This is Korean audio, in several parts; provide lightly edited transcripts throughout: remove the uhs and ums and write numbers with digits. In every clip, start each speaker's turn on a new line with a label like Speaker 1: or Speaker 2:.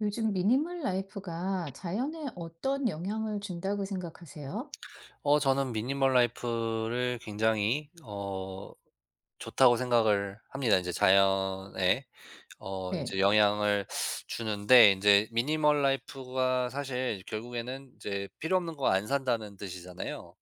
Speaker 1: 요즘 미니멀 라이프가 자연에 어떤 영향을 준다고 생각하세요?
Speaker 2: 저는 미니멀 라이프를 굉장히 좋다고 생각을 합니다. 이제 자연에 이
Speaker 1: 네.
Speaker 2: 제 영향을 주는데 이제 미니멀 라이프가 사실 결국에는 이제 필요 없는 거 안 산다는 뜻이잖아요.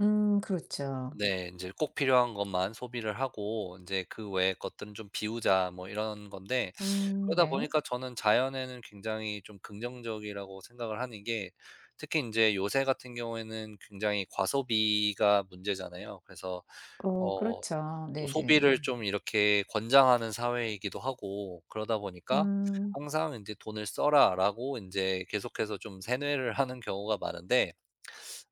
Speaker 1: 그렇죠.
Speaker 2: 네. 인제 '꼭 필요한 것만 소비를 하고 인제 그 외의 것들은 좀 비우자.' 뭐 이런 건데 그러다
Speaker 1: 네.
Speaker 2: 보니까 저는 자연에는 굉장히 좀 긍정적이라고 생각을 하는 게 특히 인제 요새 같은 경우에는 굉장히 과소비가 문제잖아요. 그래서
Speaker 1: 어
Speaker 2: 어
Speaker 1: 그렇죠,
Speaker 2: 또
Speaker 1: 네네.
Speaker 2: 소비를 좀 이렇게 권장하는 사회이기도 하고 그러다 보니까
Speaker 1: 음.
Speaker 2: 항상 인제 '돈을 써라.'라고 인제 계속해서 좀 세뇌를 하는 경우가 많은데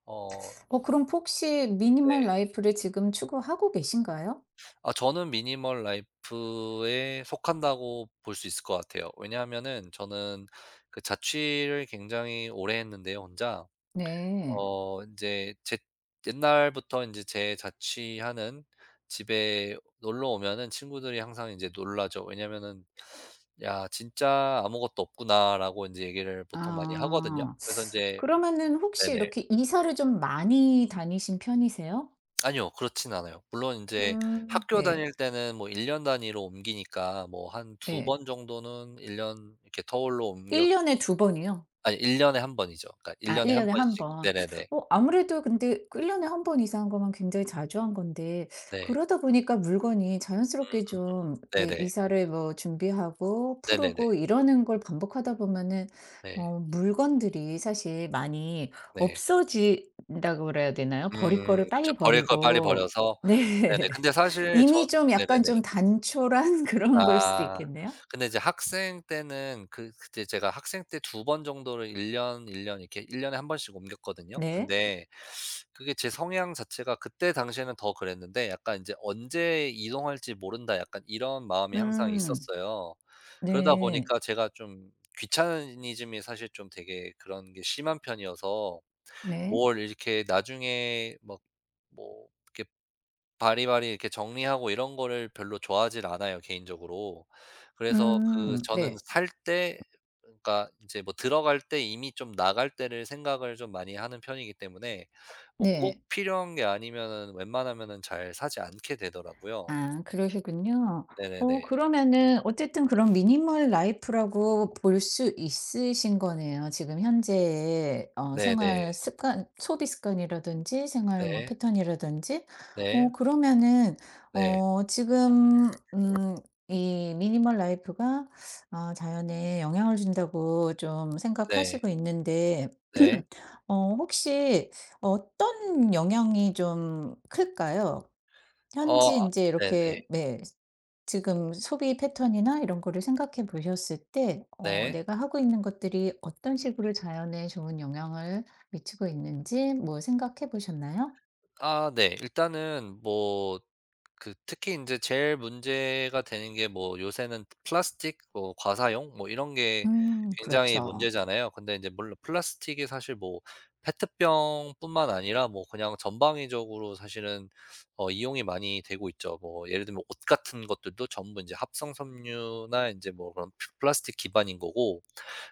Speaker 2: 어
Speaker 1: 그럼 혹시 미니멀
Speaker 2: 네.
Speaker 1: 라이프를 지금 추구하고 계신가요?
Speaker 2: 아 저는 미니멀 라이프에 속한다고 볼 수 있을 것 같아요. 왜냐하면은 저는 그 자취를 굉장히 오래 했는데요 혼자.
Speaker 1: 네.
Speaker 2: 어 이제 제 옛날부터 이제 제 자취하는 집에 놀러 오면은 친구들이 항상 이제 놀라죠. 왜냐하면은 "야 진짜 아무것도 없구나."라고 이제 얘기를 보통 많이 하거든요.
Speaker 1: 아,
Speaker 2: 그래서 이제
Speaker 1: 그러면은 혹시
Speaker 2: 네네.
Speaker 1: 이렇게 이사를 좀 많이 다니신 편이세요?
Speaker 2: 아니요. 그렇진 않아요. 물론 인제 학교
Speaker 1: 네.
Speaker 2: 다닐 때는 뭐 1년 년 단위로 옮기니까 뭐 한 두
Speaker 1: 네.
Speaker 2: 번 정도는 1년 년 이렇게 터울로 옮겼
Speaker 1: 1 년에 2 번이요?
Speaker 2: 아니, 일 년에 한 번이죠. 그러니까 1년
Speaker 1: 아,
Speaker 2: 년에
Speaker 1: 1
Speaker 2: 한
Speaker 1: 년에 한
Speaker 2: 번씩.
Speaker 1: 번.
Speaker 2: 네네네.
Speaker 1: 아무래도 근데 그 일1 년에 한 번 이상한 거면 굉장히 자주 한 건데,
Speaker 2: 네.
Speaker 1: 그러다 보니까 물건이 자연스럽게, 좀 왜
Speaker 2: 네네.
Speaker 1: 이사를 뭐 준비하고
Speaker 2: 네네네.
Speaker 1: 푸르고 이러는 걸 반복하다 보면은
Speaker 2: 네.
Speaker 1: 물건들이 사실 많이
Speaker 2: 네.
Speaker 1: 없어진다고 그래야 되나요? 버릴 거를
Speaker 2: 그쵸.
Speaker 1: 빨리
Speaker 2: 버릴 걸 빨리
Speaker 1: 버리고.
Speaker 2: 버려서. 네네.
Speaker 1: 네.
Speaker 2: 근데 사실 전
Speaker 1: 이미 좀 약간
Speaker 2: 네네네.
Speaker 1: 좀 단촐한 그런 걸 수도
Speaker 2: 아.
Speaker 1: 있겠네요.
Speaker 2: 근데 이제 학생 때는 그때 제가 학생 때 두 번 정도를 1년 이렇게 1년 년에 한 번씩 옮겼거든요.
Speaker 1: 네.
Speaker 2: 근데 그게 제 성향 자체가 그때 당시에는 더 그랬는데 약간 인제 '언제 이동할지 모른다.' 약간 이런 마음이 항상
Speaker 1: 음.
Speaker 2: 있었어요. 그러다
Speaker 1: 네.
Speaker 2: 보니까 제가 좀 귀차니즘이 사실 좀 되게 그런 게 심한 편이어서
Speaker 1: 네.
Speaker 2: 뭘 이렇게 나중에 막 뭐 이렇게 바리바리 이렇게 정리하고 이런 거를 별로 좋아하질 않아요, 개인적으로. 그래서
Speaker 1: 음.
Speaker 2: 저는
Speaker 1: 네.
Speaker 2: 살 때 그러니까 인제 뭐 들어갈 때 이미 좀 나갈 때를 생각을 좀 많이 하는 편이기 때문에 뭐 꼭
Speaker 1: 네.
Speaker 2: 필요한 게 아니면은 웬만하면은 잘 사지 않게 되더라고요.
Speaker 1: 아, 그러시군요.
Speaker 2: 네네네.
Speaker 1: 그러면은 어쨌든 그런 미니멀 라이프라고 볼 수 있으신 거네요. 지금 현재의
Speaker 2: 네네.
Speaker 1: 생활 습관, 소비 습관이라든지 생활 뭐
Speaker 2: 네.
Speaker 1: 패턴이라든지.
Speaker 2: 네.
Speaker 1: 그러면은
Speaker 2: 네.
Speaker 1: 어 지금 이 미니멀 라이프가 아 자연에 영향을 준다고 좀
Speaker 2: 네.
Speaker 1: 생각하시고 있는데,
Speaker 2: 네.
Speaker 1: 혹시 어떤 영향이 좀 클까요? 현지
Speaker 2: 아,
Speaker 1: 이제
Speaker 2: 네네.
Speaker 1: 이렇게, 네, 지금 소비 패턴이나 이런 거를 생각해 보셨을 때
Speaker 2: 네.
Speaker 1: 내가 하고 있는 것들이 어떤 식으로 자연에 좋은 영향을 미치고 있는지 뭐 생각해 보셨나요?
Speaker 2: 아 네. 일단은 뭐 그 특히 인제 제일 문제가 되는 게 뭐 요새는 플라스틱 뭐 과사용 뭐 이런 게 굉장히
Speaker 1: 그렇죠.
Speaker 2: 문제잖아요. 근데 인제 물론 플라스틱이 사실 뭐 페트병뿐만 아니라 뭐 그냥 전방위적으로 사실은 이용이 많이 되고 있죠. 뭐 예를 들면 옷 같은 것들도 전부 인제 합성 섬유나 인제 뭐 그런 플 플라스틱 기반인 거고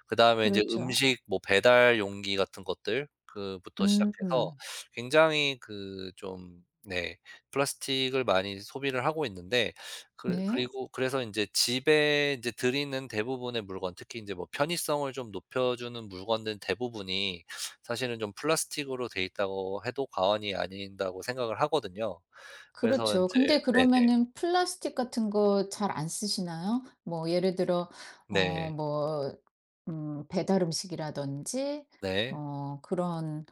Speaker 2: 그다음에 인제
Speaker 1: 그렇죠.
Speaker 2: 음식 뭐 배달 용기 같은 것들 그 부터 시작해서
Speaker 1: 음
Speaker 2: 굉장히 그좀네 플라스틱을 많이 소비를 하고 있는데 그
Speaker 1: 네.
Speaker 2: 그리고 그래서 인제 집에 인제 들이는 대부분의 물건 특히 인제 뭐 편의성을 좀 높여주는 물건들 대부분이 사실은 좀 플라스틱으로 돼 있다고 해도 과언이 아닌다고 생각을 하거든요. 그래서
Speaker 1: 그렇죠.
Speaker 2: 인제
Speaker 1: 근데
Speaker 2: 네 네.
Speaker 1: 그러면은 플라스틱 같은 거 잘 안 쓰시나요? 뭐 예를 들어
Speaker 2: 네.
Speaker 1: 뭐 배달 음식이라든지
Speaker 2: 네.
Speaker 1: 뭐 그런,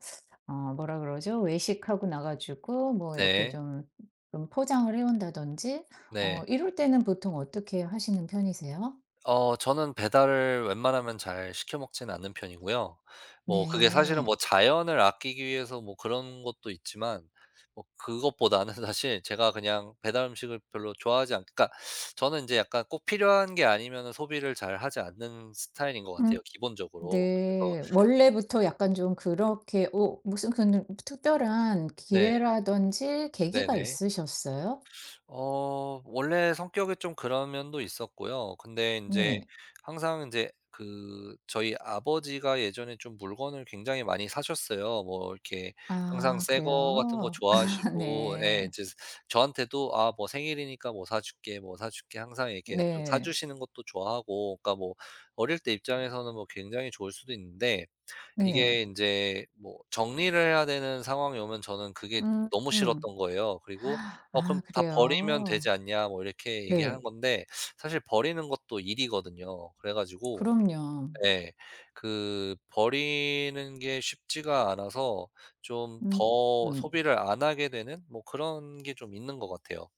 Speaker 1: 뭐라 그러죠? 외식하고 나 가지고 뭐 이렇게
Speaker 2: 네.
Speaker 1: 좀, 좀 포장을 해 온다든지
Speaker 2: 네.
Speaker 1: 이럴 때는 보통 어떻게 하시는 편이세요?
Speaker 2: 저는 배달을 웬만하면 잘 시켜 먹지는 않는 편이고요. 뭐 그게 사실은 뭐
Speaker 1: 네.
Speaker 2: 자연을 아끼기 위해서 뭐 그런 것도 있지만 뭐 그것보다는 사실 제가 그냥 배달 음식을 별로 좋아하지 않 그러니까 저는 이제 약간 꼭 필요한 게 아니면은 소비를 잘 하지 않는 스타일인 것 같아요
Speaker 1: 음
Speaker 2: 기본적으로. 그래서
Speaker 1: 네. 원래부터 약간 좀 그렇게 오 무슨 그런 특별한
Speaker 2: 네.
Speaker 1: 기회라든지 계기가
Speaker 2: 네네.
Speaker 1: 있으셨어요?
Speaker 2: 원래 성격이 좀 그런 면도 있었고요. 근데 인제
Speaker 1: 네.
Speaker 2: 항상 인제 그 저희 아버지가 예전에 좀 물건을 굉장히 많이 사셨어요. 뭐 이렇게 항상
Speaker 1: 아,
Speaker 2: 새 거 같은 거
Speaker 1: 그래요? 아
Speaker 2: 좋아하시고 예
Speaker 1: 네.
Speaker 2: 인제 저한테도 "아 뭐 생일이니까 뭐 사 줄게. 뭐 사 줄게." 항상 이렇게 좀 사
Speaker 1: 네.
Speaker 2: 주시는 것도 좋아하고 그러니까 뭐 어릴 때 입장에서는 뭐 굉장히 좋을 수도 있는데
Speaker 1: 네.
Speaker 2: 이게 인제 뭐 정리를 해야 되는 상황이 오면 저는 그게
Speaker 1: 음.
Speaker 2: 너무
Speaker 1: 음.
Speaker 2: 싫었던 거예요. 그리고 "어 그럼
Speaker 1: 아,
Speaker 2: 다 버리면
Speaker 1: 그래요?
Speaker 2: 되지 않냐." 뭐 이렇게 얘기하는
Speaker 1: 네.
Speaker 2: 건데 사실 버리는 것도 일이거든요. 그래 가지고
Speaker 1: 그럼요.
Speaker 2: 예. 그 버리는 게 쉽지가 않아서 좀
Speaker 1: 음.
Speaker 2: 더
Speaker 1: 음.
Speaker 2: 소비를 안 하게 되는 뭐 그런 게 좀 있는 것 같아요.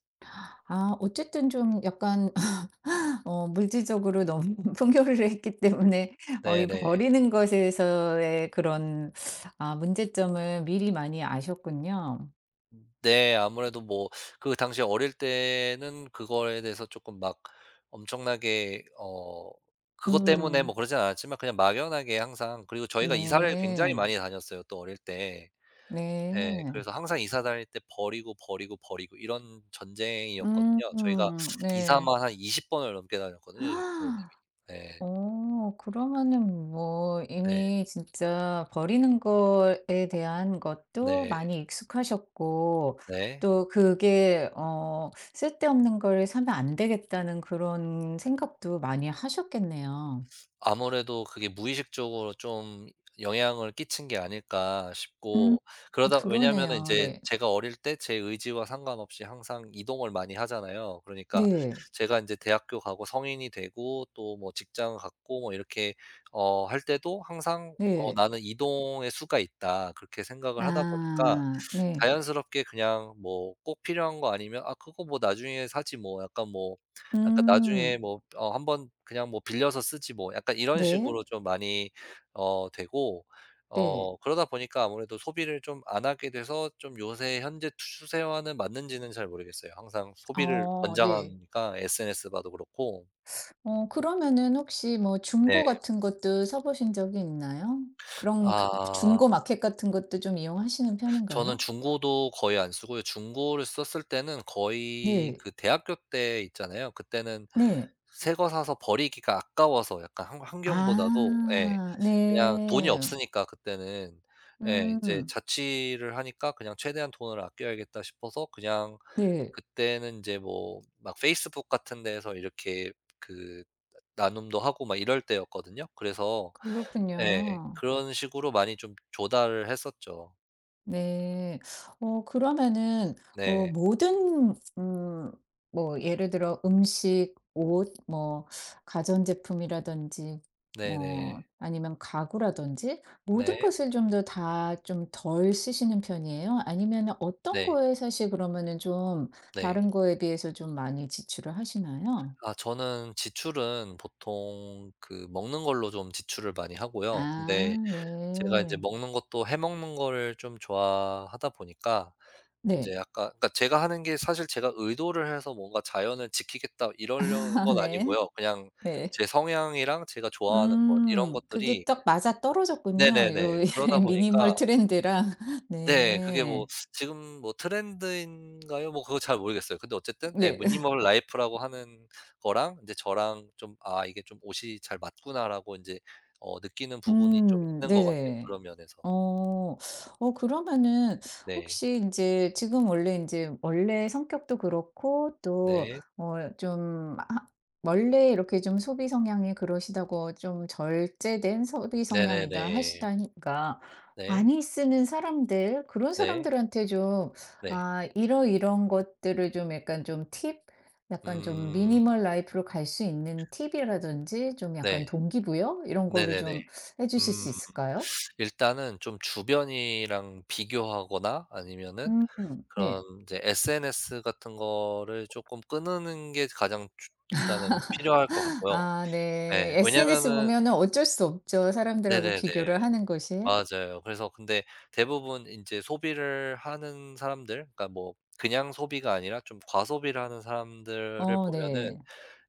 Speaker 1: 아, 어쨌든 좀 약간 물질적으로 너무 풍요를 했기 때문에 이
Speaker 2: 네네.
Speaker 1: 버리는 것에서의 그런, 아 문제점을 미리 많이 아셨군요.
Speaker 2: 네. 아무래도 뭐 그 당시 어릴 때는 그거에 대해서 조금 막 엄청나게 그것 때문에 뭐
Speaker 1: 음.
Speaker 2: 그러진 않았지만 그냥 막연하게 항상 그리고 저희가 이사를 굉장히
Speaker 1: 네.
Speaker 2: 많이 다녔어요 또 어릴 때. 예.
Speaker 1: 네.
Speaker 2: 그래서 항상 이사 다닐 때 버리고, 버리고, 버리고 이런 전쟁이었거든요. 저희가
Speaker 1: 음. 네.
Speaker 2: 이사만 한 20번 번을 넘게 다녔거든요 저희 부모님이. 네.
Speaker 1: 그러면은 뭐
Speaker 2: 네.
Speaker 1: 이미 진짜 버리는 거에 대한 것도
Speaker 2: 네.
Speaker 1: 많이 익숙하셨고,
Speaker 2: 네.
Speaker 1: 또 그게 '쓸데없는 걸 사면 안 되겠다.'는 그런 생각도 많이 하셨겠네요.
Speaker 2: 아무래도 그게 무의식적으로 좀 영향을 끼친 게 아닐까
Speaker 1: 음
Speaker 2: 싶고 그러다 왜냐하면은
Speaker 1: 그러네요.
Speaker 2: 인제
Speaker 1: 네.
Speaker 2: 제가 어릴 때 제 의지와 상관없이 항상 이동을 많이 하잖아요. 그러니까
Speaker 1: 네.
Speaker 2: 제가 인제 대학교 가고 성인이 되고 또 뭐 직장 갖고 뭐 이렇게 할 때도 항상
Speaker 1: 네.
Speaker 2: '나는 이동의 수가 있다.' 그렇게 생각을 하다 보니까
Speaker 1: 아 네.
Speaker 2: 자연스럽게 그냥 뭐 꼭 필요한 거 아니면 '아 그거 뭐 나중에 사지 뭐.' 약간 뭐 약간
Speaker 1: 음
Speaker 2: 나중에 뭐 한번 그냥 뭐 빌려서 쓰지 뭐 약간 이런
Speaker 1: 네.
Speaker 2: 식으로 좀 많이 되고
Speaker 1: 네.
Speaker 2: 그러다 보니까 아무래도 소비를 좀 안 하게 돼서 좀 요새 현재 추세와는 맞는지는 잘 모르겠어요. 항상 소비를
Speaker 1: 어 네.
Speaker 2: 권장하니까 SNS 봐도 그렇고.
Speaker 1: 그러면은 혹시 뭐
Speaker 2: 네.
Speaker 1: 중고 같은 것도 사 보신 적이 있나요? 그런 그
Speaker 2: 아
Speaker 1: 중고 마켓 같은 것도 좀 이용하시는
Speaker 2: 저는
Speaker 1: 편인가요?
Speaker 2: 중고도 거의 안 쓰고요. 중고를 썼을 때는 거의
Speaker 1: 네.
Speaker 2: 그 대학교 때 있잖아요. 그때는
Speaker 1: 네.
Speaker 2: 새거 사서 버리기가 아까워서 약간 환 환경보다도 예.
Speaker 1: 아.
Speaker 2: 그냥 돈이
Speaker 1: 네.
Speaker 2: 없으니까 그때는. 예 이제
Speaker 1: 음.
Speaker 2: 자취를 하니까 그냥 '최대한 돈을 아껴야겠다.' 싶어서 그냥
Speaker 1: 네.
Speaker 2: 그때는 인제 뭐 막 페이스북 같은 데에서 이렇게 그 나눔도 하고 막 이럴 때였거든요. 그래서 예
Speaker 1: 그렇군요.
Speaker 2: 그런 식으로 많이 좀 조달을 했었죠.
Speaker 1: 네. 그러면은 뭐
Speaker 2: 네.
Speaker 1: 모든 음, 뭐 예를 들어 음식, 옷, 뭐 가전제품이라든지,
Speaker 2: 네네.
Speaker 1: 뭐 아니면 가구라든지, 모든
Speaker 2: 네.
Speaker 1: 것을 좀 더 다 좀 덜 쓰시는 편이에요? 아니면 어떤
Speaker 2: 네.
Speaker 1: 거에 사실 그러면은 좀
Speaker 2: 네.
Speaker 1: 다른 거에 비해서 좀 많이 지출을 하시나요?
Speaker 2: 아 저는 지출은 보통 그 먹는 걸로 좀 지출을 많이 하고요.
Speaker 1: 아
Speaker 2: 근데 제가 이제
Speaker 1: 네.
Speaker 2: 먹는 것도 해 먹는 거를 좀 좋아하다 보니까 인제
Speaker 1: 네.
Speaker 2: 약간 그러니까 제가 하는 게 사실 제가 의도를 해서 뭔가 '자연을 지키겠다.' 이러려는
Speaker 1: 아
Speaker 2: 건
Speaker 1: 네.
Speaker 2: 아니고요. 그냥
Speaker 1: 네.
Speaker 2: 제 성향이랑 제가 좋아하는 것 이런
Speaker 1: 음. 그게
Speaker 2: 것들이
Speaker 1: 딱 맞아떨어졌군요. 요
Speaker 2: 네네네. 그러다 보니까
Speaker 1: 미니멀 트렌드랑.
Speaker 2: 네 그게 뭐
Speaker 1: 네.
Speaker 2: 지금 뭐 트렌드인가요? 뭐 그거 잘 모르겠어요. 근데 어쨌든 예
Speaker 1: 네.
Speaker 2: 미니멀 라이프라고 하는 거랑 인제 저랑 좀 '아 이게 좀 옷이 잘 맞구나.'라고 인제 느끼는 부분이 좀 있는 것 같아요,
Speaker 1: 네네.
Speaker 2: 그런 면에서.
Speaker 1: 어. 그러면은
Speaker 2: 네.
Speaker 1: 혹시 이제 지금 원래, 이제 원래 성격도 그렇고 또
Speaker 2: 네.
Speaker 1: 어 좀 하 원래 이렇게 좀 소비 성향이 그러시다고, 좀 절제된 소비 성향이다
Speaker 2: 네네네.
Speaker 1: 하시다니까
Speaker 2: 네.
Speaker 1: 많이 쓰는 사람들, 그런
Speaker 2: 네.
Speaker 1: 사람들한테 좀
Speaker 2: 네.
Speaker 1: 아 이러이런 것들을 좀 약간 좀 팁, 약간 좀
Speaker 2: 음.
Speaker 1: 미니멀 라이프로 갈 수 있는 팁이라든지 좀 약간
Speaker 2: 네.
Speaker 1: 동기부여 이런 거를
Speaker 2: 네네네.
Speaker 1: 좀 해 주실
Speaker 2: 음.
Speaker 1: 수 있을까요?
Speaker 2: 일단은 좀 주변이랑 비교하거나 아니면은
Speaker 1: 음
Speaker 2: 그런
Speaker 1: 네.
Speaker 2: 이제 SNS 같은 거를 쪼끔 끊는 게 가장 주 일단은 필요할 것 같고요.
Speaker 1: 아 네.
Speaker 2: 예.
Speaker 1: SNS
Speaker 2: 왜냐면은
Speaker 1: 보면은 어쩔 수 없죠. 사람들하고 비교를
Speaker 2: 네네네.
Speaker 1: 하는 것이.
Speaker 2: 맞아요. 그래서 근데 대부분 인제 소비를 하는 사람들 그러니까 뭐 그냥 소비가 아니라 좀 과소비를 하는 사람들을
Speaker 1: 어
Speaker 2: 보면은
Speaker 1: 네.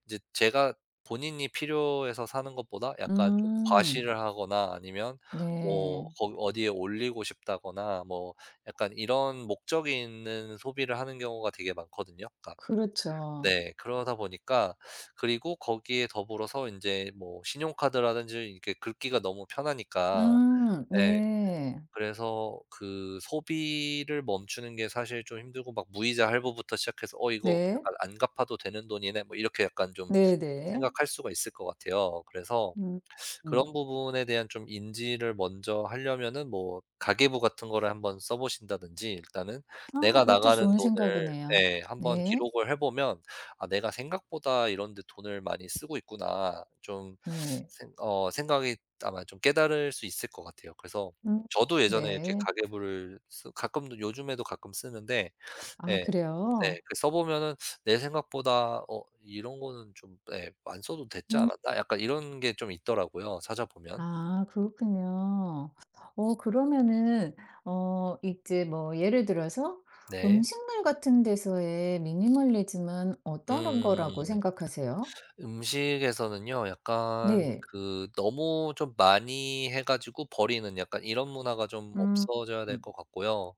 Speaker 2: 이제 제가 본인이 필요해서 사는 것보다 약간 좀
Speaker 1: 음.
Speaker 2: 과시를 하거나 아니면 뭐
Speaker 1: 네.
Speaker 2: 거기 어디에 올리고 싶다거나 뭐 약간 이런 목적이 있는 소비를 하는 경우가 되게 많거든요. 그러니까
Speaker 1: 그렇죠.
Speaker 2: 네. 그러다 보니까 그리고 거기에 더불어서 인제 뭐 신용카드라든지 이렇게 긁기가 너무 편하니까 예.
Speaker 1: 네.
Speaker 2: 그래서 그 소비를 멈추는 게 사실 좀 힘들고 막 무이자 할부부터 시작해서 '어 이거
Speaker 1: 네.
Speaker 2: 약간 안 갚아도 되는 돈이네.' 뭐 이렇게 약간 좀
Speaker 1: 네네.
Speaker 2: 생각할 수가 있을 것 같아요. 그래서
Speaker 1: 음 음.
Speaker 2: 그런 부분에 대한 좀 인지를 먼저 하려면은 뭐 가계부 같은 거를 한번 써 보신다든지 일단은
Speaker 1: 아,
Speaker 2: 내가
Speaker 1: 그것도
Speaker 2: 나가는
Speaker 1: 좋은
Speaker 2: 돈을
Speaker 1: 생각이네요.
Speaker 2: 네 한번
Speaker 1: 네.
Speaker 2: 기록을 해 보면 '아 내가 생각보다 이런 데 돈을 많이 쓰고 있구나.' 좀
Speaker 1: 네.
Speaker 2: 생 어 생각이 아마 좀 깨달을 수 있을 것 같아요. 그래서
Speaker 1: 음
Speaker 2: 저도 예전에 이렇게
Speaker 1: 네.
Speaker 2: 가계부를 쓰 가끔 요즘에도 가끔 쓰는데
Speaker 1: 아,
Speaker 2: 예. 네.
Speaker 1: 그래요?
Speaker 2: 그 써 보면은 내 생각보다 '어 이런 거는 좀 예 안 써도 됐지
Speaker 1: 음.
Speaker 2: 않았나?' 약간 이런 게 좀 있더라고요, 찾아보면.
Speaker 1: 아, 그렇군요. 그러면은 이제 뭐 예를 들어서
Speaker 2: 네.
Speaker 1: 음식물 같은 데서의 미니멀리즘은 어떤 거라고
Speaker 2: 음.
Speaker 1: 생각하세요?
Speaker 2: 음식에서는요. 약간 네.
Speaker 1: 네.
Speaker 2: 그 너무 좀 많이 해 가지고 버리는 약간 이런 문화가 좀
Speaker 1: 음.
Speaker 2: 없어져야 될
Speaker 1: 음.
Speaker 2: 것 같고요.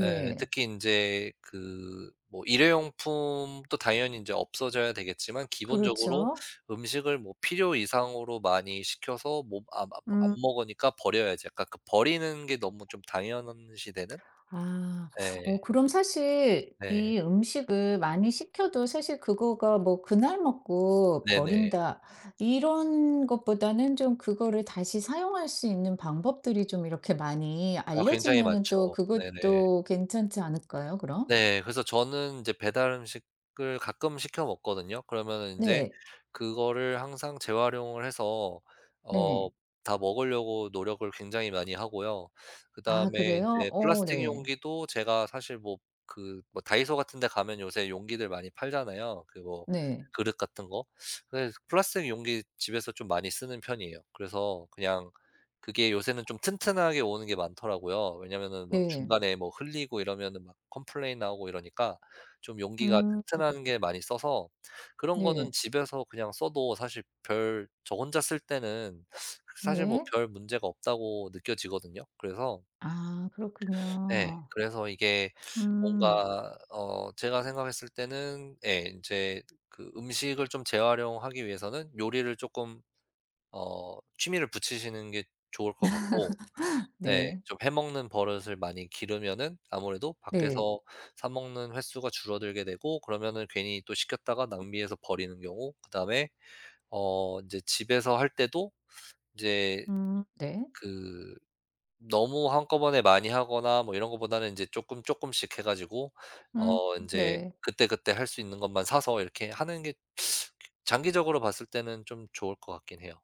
Speaker 2: 예. 네. 특히 이제 그 뭐 일회용품도 당연히 이제 없어져야 되겠지만 기본적으로
Speaker 1: 그렇죠.
Speaker 2: 음식을 뭐 필요 이상으로 많이 시켜서 뭐 아 뭐 안
Speaker 1: 음.
Speaker 2: 안 먹으니까 버려야지 약간 그 버리는 게 너무 좀 당연시 되는?
Speaker 1: 아.
Speaker 2: 네,
Speaker 1: 그럼 사실
Speaker 2: 네.
Speaker 1: 이 음식을 많이 시켜도 사실 그거가 뭐 '그날 먹고
Speaker 2: 네네.
Speaker 1: 버린다.' 이런 것보다는 좀 그거를 다시 사용할 수 있는 방법들이 좀 이렇게 많이
Speaker 2: 아 굉장히
Speaker 1: 알려지면은 또
Speaker 2: 많죠. 네네.
Speaker 1: 그것도 괜찮지 않을까요 그럼?
Speaker 2: 네. 그래서 저는 이제 배달 음식을 가끔 시켜 먹거든요. 그러면은 인제
Speaker 1: 네.
Speaker 2: 그거를 항상 재활용을 해서 어
Speaker 1: 네.
Speaker 2: 다 먹으려고 노력을 굉장히 많이 하고요.
Speaker 1: 아,
Speaker 2: 그다음에
Speaker 1: 그래요?
Speaker 2: 인제
Speaker 1: 어
Speaker 2: 플라스틱
Speaker 1: 네.
Speaker 2: 용기도 제가 사실 뭐 그 뭐 다이소 같은 데 가면 요새 용기들 많이 팔잖아요. 그 뭐
Speaker 1: 네.
Speaker 2: 그릇 같은 거. 그래서 플라스틱 용기 집에서 좀 많이 쓰는 편이에요. 그래서 그냥 그게 요새는 좀 튼튼하게 오는 게 많더라고요. 왜냐면은 막
Speaker 1: 네.
Speaker 2: 중간에 뭐 흘리고 이러면은 막 컴플레인 나오고 이러니까 좀 용기가
Speaker 1: 음
Speaker 2: 튼튼한 게 많이 써서 그런 거는
Speaker 1: 네.
Speaker 2: 집에서 그냥 써도 사실 별 저 혼자 쓸 때는 사실 뭐
Speaker 1: 네.
Speaker 2: 별 문제가 없다고 느껴지거든요. 그래서
Speaker 1: 아,
Speaker 2: 네.
Speaker 1: 그렇군요.
Speaker 2: 그래서 이게
Speaker 1: 음.
Speaker 2: 뭔가 제가 생각했을 때는 예 인제 그 음식을 좀 재활용하기 위해서는 요리를 쪼끔 취미를 붙이시는 게 좋을 것 같고 네.
Speaker 1: 네.
Speaker 2: 좀 해 먹는 버릇을 많이 기르면은 아무래도
Speaker 1: 네.
Speaker 2: 밖에서 사 먹는 횟수가 줄어들게 되고 그러면은 괜히 또 시켰다가 낭비해서 버리는 경우 그다음에 인제 집에서 할 때도 인제
Speaker 1: 네.
Speaker 2: 그 너무 한꺼번에 많이 하거나 뭐 이런 것보다는 인제 쪼끔 쪼끔씩 해 가지고
Speaker 1: 음
Speaker 2: 인제
Speaker 1: 네.
Speaker 2: 그때그때 할 수 있는 것만 사서 이렇게 하는 게 장기적으로 봤을 때는 좀 좋을 것 같긴 해요.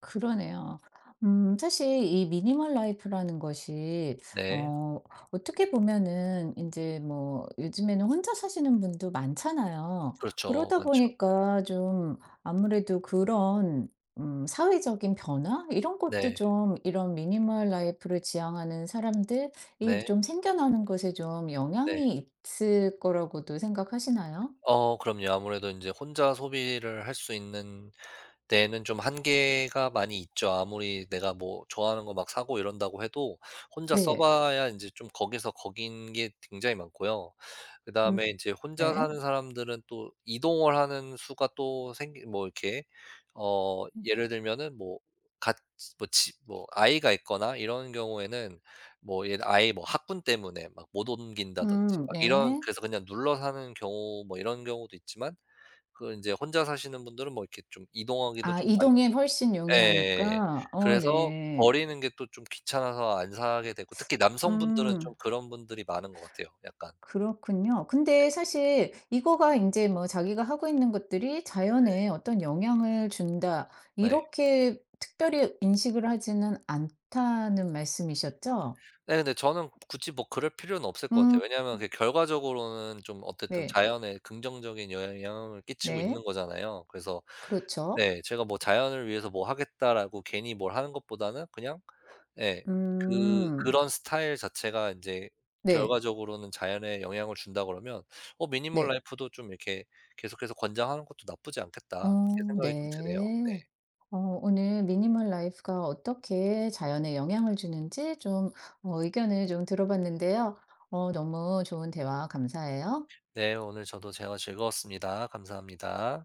Speaker 1: 그러네요. 사실 이 미니멀 라이프라는 것이
Speaker 2: 네.
Speaker 1: 어 어떻게 보면은 이제 뭐 요즘에는 혼자 사시는 분도 많잖아요.
Speaker 2: 그렇죠.
Speaker 1: 그러다
Speaker 2: 많죠.
Speaker 1: 보니까 좀 아무래도 그런 사회적인 변화 이런 것도
Speaker 2: 네.
Speaker 1: 좀, 이런 미니멀 라이프를 지향하는 사람들이
Speaker 2: 네.
Speaker 1: 좀 생겨나는 것에 좀
Speaker 2: 네.
Speaker 1: 영향이 있을 거라고도 생각하시나요?
Speaker 2: 그럼요. 아무래도 이제 혼자 소비를 할 수 있는 데에는 좀 한계가 많이 있죠. 아무리 내가 뭐 좋아하는 거 막 사고 이런다고 해도 혼자 써
Speaker 1: 네.
Speaker 2: 봐야 이제 좀 거기서 거긴 게 굉장히 많고요.
Speaker 1: 음
Speaker 2: 그다음에 이제 혼자
Speaker 1: 네.
Speaker 2: 사는 사람들은 또 이동을 하는 수가 또 생기 뭐 이렇게
Speaker 1: 음
Speaker 2: 예를 들면은 뭐같뭐집뭐 아이가 있거나 이런 경우에는 뭐 얘 아이 뭐 학군 때문에 막 못 옮긴다든지 막 이런
Speaker 1: 네.
Speaker 2: 그래서 그냥 눌러 사는 경우 뭐 이런 경우도 있지만 그 인제 혼자 사시는 분들은 뭐 이렇게 좀 이동하기도
Speaker 1: 아
Speaker 2: 좀 많
Speaker 1: 이동이 훨씬
Speaker 2: 예
Speaker 1: 용이하니까. 어
Speaker 2: 그래서
Speaker 1: 네.
Speaker 2: 버리는 게 또 좀 귀찮아서 안 사게 되고 특히 남성분들은 좀
Speaker 1: 음
Speaker 2: 그런 분들이 많은 것 같아요 약간.
Speaker 1: 그렇군요. 근데 사실 이거가 이제 뭐 '자기가 하고 있는 것들이
Speaker 2: 네.
Speaker 1: 자연에 어떤 영향을 준다.'
Speaker 2: 네.
Speaker 1: 이렇게 특별히 인식을 하지는 않다는 말씀이셨죠?
Speaker 2: 네 근데 저는 굳이 뭐 그럴 필요는 없을 것
Speaker 1: 음
Speaker 2: 같아요. 왜냐하면 그 결과적으로는 좀 어쨌든
Speaker 1: 네.
Speaker 2: 자연에 긍정적인 여 영향을 끼치고 있는
Speaker 1: 네.
Speaker 2: 거잖아요. 그래서
Speaker 1: 그렇죠.
Speaker 2: 네 제가 뭐 '자연을 위해서 뭐 하겠다.'라고 괜히 뭘 하는 것보다는 그냥 예 그
Speaker 1: 음.
Speaker 2: 그런 스타일 자체가 인제
Speaker 1: 네.
Speaker 2: 결과적으로는 자연에 영향을 준다 그러면 '미니멀
Speaker 1: 네.
Speaker 2: 라이프도 좀 이렇게 계속해서 권장하는 것도 나쁘지 않겠다.' 그렇게
Speaker 1: 어
Speaker 2: 생각이 좀 드네요. 네.
Speaker 1: 네. 어 오늘 미니멀 라이프가 어떻게 자연에 영향을 주는지 좀 의견을 좀 들어봤는데요. 너무 좋은 대화 감사해요.
Speaker 2: 네 오늘 저도 대화 즐거웠습니다. 감사합니다.